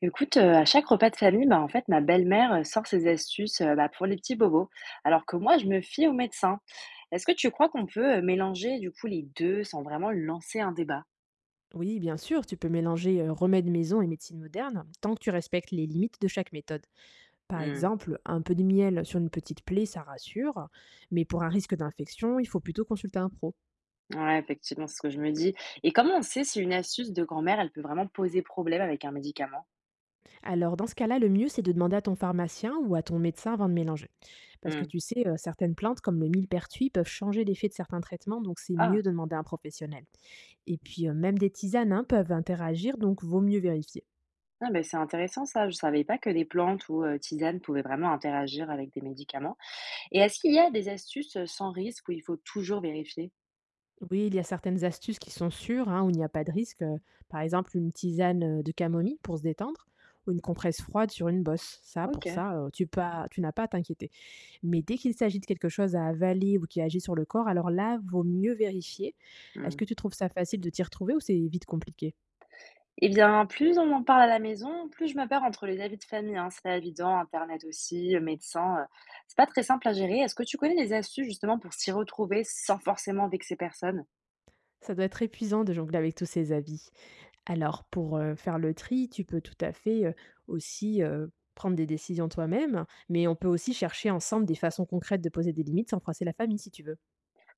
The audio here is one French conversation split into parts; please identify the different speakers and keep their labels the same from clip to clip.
Speaker 1: Écoute, à chaque repas de famille, bah, en fait, ma belle-mère, sort ses astuces, bah, pour les petits bobos, alors que moi, je me fie au médecin. Est-ce que tu crois qu'on peut, mélanger, du coup, les 2 sans vraiment lancer un débat?
Speaker 2: Oui, bien sûr, tu peux mélanger remèdes maison et médecine moderne tant que tu respectes les limites de chaque méthode. Par
Speaker 1: Mmh,
Speaker 2: exemple, un peu de miel sur une petite plaie, ça rassure, mais pour un risque d'infection, il faut plutôt consulter un pro.
Speaker 1: ouais, effectivement, c'est ce que je me dis et comment on sait si une astuce de grand-mère, elle peut vraiment poser problème avec un médicament?
Speaker 2: Alors, dans ce cas-là, le mieux, c'est de demander à ton pharmacien ou à ton médecin avant de mélanger. Parce que
Speaker 1: Mmh.
Speaker 2: tu sais, certaines plantes, comme le millepertuis, peuvent changer l'effet de certains traitements, donc c'est
Speaker 1: Ah!
Speaker 2: mieux de demander à un professionnel. Et puis, même des tisanes hein, peuvent interagir, donc vaut mieux vérifier.
Speaker 1: Ah, beh, c'est intéressant ça, je savais pas que des plantes ou, tisanes pouvaient vraiment interagir avec des médicaments et est-ce qu'il y a des astuces, sans risque où il faut toujours vérifier?
Speaker 2: Oui, il y a certaines astuces qui sont sûres, hein, où il n'y a pas de risque. Par exemple, une tisane de camomille pour se détendre ou une compresse froide sur une bosse. Ça, pour
Speaker 1: OK.
Speaker 2: ça, tu n'as pas à t'inquiéter. Mais dès qu'il s'agit de quelque chose à avaler ou qui agit sur le corps, alors là, vaut mieux vérifier. Est-ce
Speaker 1: Mmh.
Speaker 2: que tu trouves ça facile de t'y retrouver ou c'est vite compliqué?
Speaker 1: Eh bien, plus on en parle à la maison, plus je me perds entre les avis de famille, hein, c'est pas évident, internet aussi, médecin, c'est pas très simple à gérer. Est-ce que tu connais des astuces justement pour s'y retrouver sans forcément vexer personne?
Speaker 2: Ça doit être épuisant de jongler avec tous ces habits. Alors pour, faire le tri, tu peux tout à fait, prendre des décisions toi-même, mais on peut aussi chercher ensemble des façons concrètes de poser des limites sans froisser la famille si tu veux.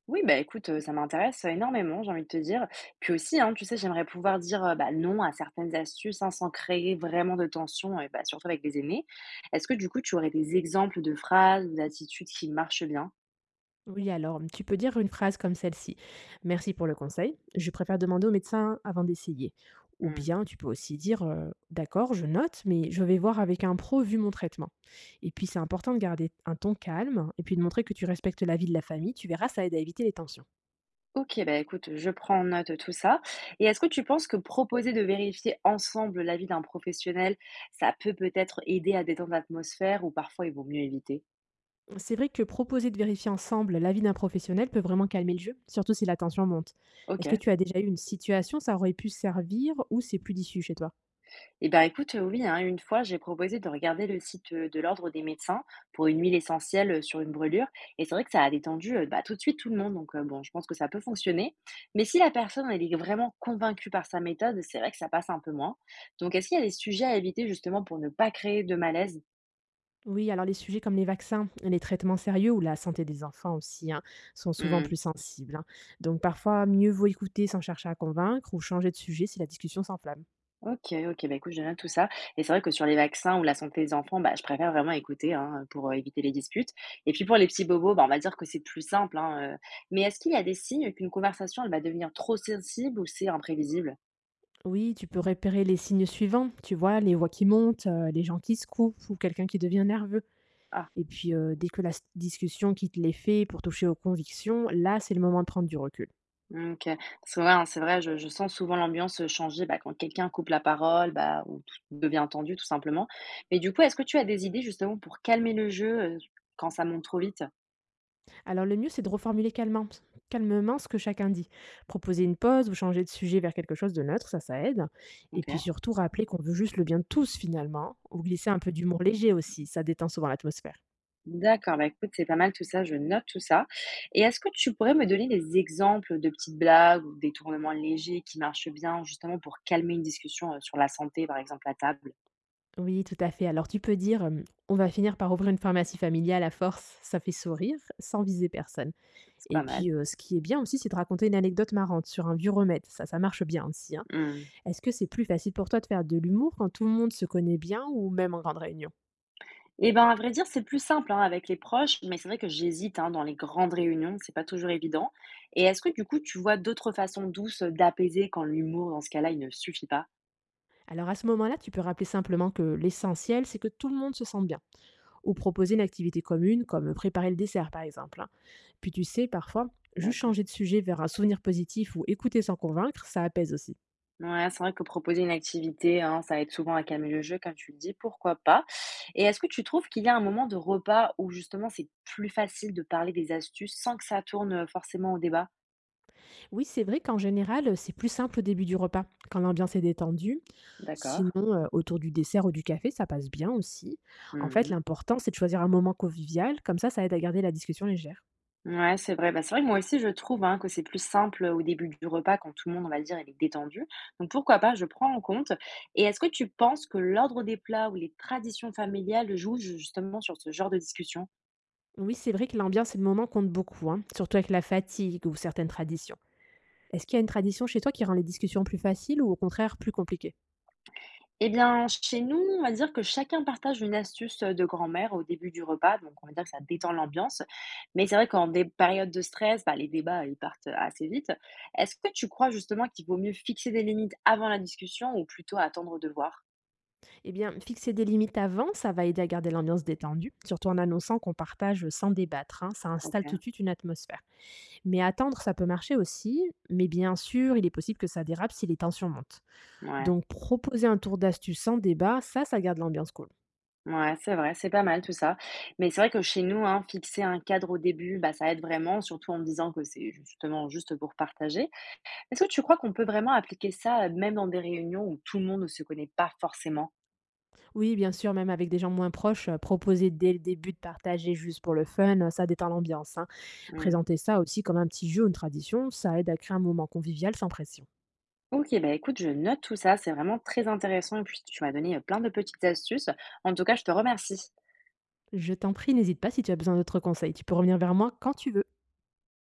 Speaker 1: Oui, bah, écoute, ça m'intéresse énormément, j'ai envie de te dire. Puis aussi, hein, tu sais, j'aimerais pouvoir dire, bah, non à certaines astuces, hein, sans créer vraiment de tension et bah, surtout avec les aînés. Est-ce que du coup, tu aurais des exemples de phrases ou d'attitudes qui marchent bien?
Speaker 2: Oui, alors, tu peux dire une phrase comme celle-ci: «Merci pour le conseil, je préfère demander au médecin avant d'essayer». Ou
Speaker 1: Mmh.
Speaker 2: bien tu peux aussi dire, «D'accord, je note, mais je vais voir avec un pro vu mon traitement». Et puis c'est important de garder un ton calme et puis de montrer que tu respectes l'avis de la famille, tu verras, ça aide à éviter les tensions.
Speaker 1: OK, bah, écoute, je prends en note tout ça et est-ce que tu penses que proposer de vérifier ensemble l'avis d'un professionnel, ça peut peut-être aider à détendre l'atmosphère ou parfois il vaut mieux éviter?
Speaker 2: C'est vrai que proposer de vérifier ensemble l'avis d'un professionnel peut vraiment calmer le jeu, surtout si la tension monte. Est-ce que
Speaker 1: OK.
Speaker 2: tu as déjà eu une situation, ça aurait pu servir ou c'est plus d'issue chez toi?
Speaker 1: Eh ben, écoute, oui, hein, une fois, j'ai proposé de regarder le site, de l'ordre des médecins pour une huile essentielle, sur une brûlure et c'est vrai que ça a détendu, bah, tout de suite tout le monde donc bon, je pense que ça peut fonctionner. Mais si la personne, elle est vraiment convaincue par sa méthode, c'est vrai que ça passe un peu moins. Donc est-ce qu'il y a des sujets à éviter justement pour ne pas créer de malaise?
Speaker 2: Oui, alors les sujets comme les vaccins, les traitements sérieux ou la santé des enfants aussi hein, sont souvent
Speaker 1: Mmh.
Speaker 2: plus sensibles, hein. Donc parfois, mieux vaut écouter sans chercher à convaincre ou changer de sujet si la discussion s'enflamme.
Speaker 1: OK, OK, bah, écoute, je note tout ça et c'est vrai que sur les vaccins ou la santé des enfants, bah, je préfère vraiment écouter, hein, pour, éviter les disputes et puis pour les petits bobos, bah, on va dire que c'est plus simple, hein, mais est-ce qu'il y a des signes qu'une conversation, elle va devenir trop sensible ou c'est imprévisible?
Speaker 2: Oui, tu peux repérer les signes suivants, tu vois, les voix qui montent, les gens qui se coupent ou quelqu'un qui devient nerveux.
Speaker 1: Ah,
Speaker 2: Et puis, dès que discussion quitte les faits pour toucher aux convictions, là, c'est le moment de prendre du recul.
Speaker 1: mmh, OK, parce que, ouais, hein, c'est vrai, je sens souvent l'ambiance, changer, bah, quand quelqu'un coupe la parole, bah, ou tout devient tendu tout simplement, mais du coup, est-ce que tu as des idées justement pour calmer le jeu, quand ça monte trop vite?
Speaker 2: Alors le mieux, c'est de reformuler calmement ce que chacun dit. Proposer une pause ou changer de sujet vers quelque chose de neutre, ça aide. Et
Speaker 1: OK.
Speaker 2: puis surtout, rappeler qu'on veut juste le bien de tous finalement, ou glisser un peu d'humour léger aussi, ça détend souvent l'atmosphère.
Speaker 1: D'accord, bah, écoute, c'est pas mal tout ça, je note tout ça. Et est-ce que tu pourrais me donner des exemples de petites blagues ou des tournements légers qui marchent bien justement pour calmer une discussion sur la santé, par exemple, à table?
Speaker 2: Oui, tout à fait. Alors tu peux dire, hem: «On va finir par ouvrir une pharmacie familiale à force», ça fait sourire sans viser personne.
Speaker 1: C'est
Speaker 2: Et
Speaker 1: pas mal.
Speaker 2: puis, ce qui est bien aussi, c'est de raconter une anecdote marrante sur un vieux remède. Ça marche bien aussi, hein.
Speaker 1: Hmm.
Speaker 2: Est-ce que c'est plus facile pour toi de faire de l'humour quand tout le monde se connaît bien ou même en grande réunion?
Speaker 1: Eh ben, à vrai dire, c'est plus simple hein, avec les proches, mais c'est vrai que j'hésite hein, dans les grandes réunions, c'est pas toujours évident. Et est-ce que du coup, tu vois d'autres façons douces d'apaiser quand l'humour, dans ce cas-là, il ne suffit pas?
Speaker 2: Alors à ce moment-là, tu peux rappeler simplement que l'essentiel, c'est que tout le monde se sente bien ou proposer une activité commune comme préparer le dessert, par exemple, hein. Puis tu sais, parfois, juste
Speaker 1: D'accord.
Speaker 2: changer de sujet vers un souvenir positif ou écouter sans convaincre, ça apaise aussi.
Speaker 1: Ouais, c'est vrai que proposer une activité, hein, ça aide souvent à calmer le jeu, comme tu le dis, pourquoi pas? Et est-ce que tu trouves qu'il y a un moment de repas où justement c'est plus facile de parler des astuces sans que ça tourne forcément au débat?
Speaker 2: Oui, c'est vrai qu'en général, c'est plus simple au début du repas, quand l'ambiance est détendue. Sinon,
Speaker 1: D'accord.
Speaker 2: autour du dessert ou du café, ça passe bien aussi. En fait,
Speaker 1: Mhm.
Speaker 2: l'important, c'est de choisir un moment convivial, comme ça aide à garder la discussion légère.
Speaker 1: Ouais, c'est vrai. Bah, c'est vrai que moi aussi, je trouve hein, que c'est plus simple au début du repas quand tout le monde, on va dire, il est détendu. Donc pourquoi pas, je prends en compte. Et est-ce que tu penses que l'ordre des plats ou les traditions familiales jouent justement sur ce genre de discussion?
Speaker 2: Oui, c'est vrai que l'ambiance et le moment comptent beaucoup, hein, surtout avec la fatigue ou certaines traditions. Est-ce qu'il y a une tradition chez toi qui rend les discussions plus faciles ou au contraire plus compliquées?
Speaker 1: Eh bien, chez nous, on va dire que chacun partage une astuce de grand-mère au début du repas, donc on va dire que ça détend l'ambiance. Mais c'est vrai qu'en des périodes de stress, bah, les débats, ils partent assez vite. Est-ce que tu crois justement qu'il vaut mieux fixer des limites avant la discussion ou plutôt attendre de voir?
Speaker 2: Eh bien, fixer des limites avant, ça va aider à garder l'ambiance détendue, surtout en annonçant qu'on partage sans débattre, hein, ça installe tout de
Speaker 1: Ok,
Speaker 2: suite une atmosphère. Mais attendre, ça peut marcher aussi, mais bien sûr, il est possible que ça dérape si les tensions montent.
Speaker 1: ouais,
Speaker 2: Donc, proposer un tour d'astuce sans débat, ça garde l'ambiance cool.
Speaker 1: ouais, c'est vrai, c'est pas mal tout ça. Mais c'est vrai que chez nous, hein, fixer un cadre au début, bah, ça aide vraiment, surtout en me disant que c'est justement juste pour partager. Est-ce que tu crois qu'on peut vraiment appliquer ça même dans des réunions où tout le monde ne se connaît pas forcément?
Speaker 2: Oui, bien sûr, même avec des gens moins proches, proposer dès le début de partager juste pour le fun, ça détend l'ambiance, hein.
Speaker 1: Mmh.
Speaker 2: Présenter ça aussi comme un petit jeu ou une tradition, ça aide à créer un moment convivial sans pression.
Speaker 1: Ok, bah écoute, je note tout ça, c'est vraiment très intéressant et puis tu m'as donné plein de petites astuces. En tout cas, je te remercie.
Speaker 2: Je t'en prie, n'hésite pas si tu as besoin d'autres conseils. Tu peux revenir vers moi quand tu veux.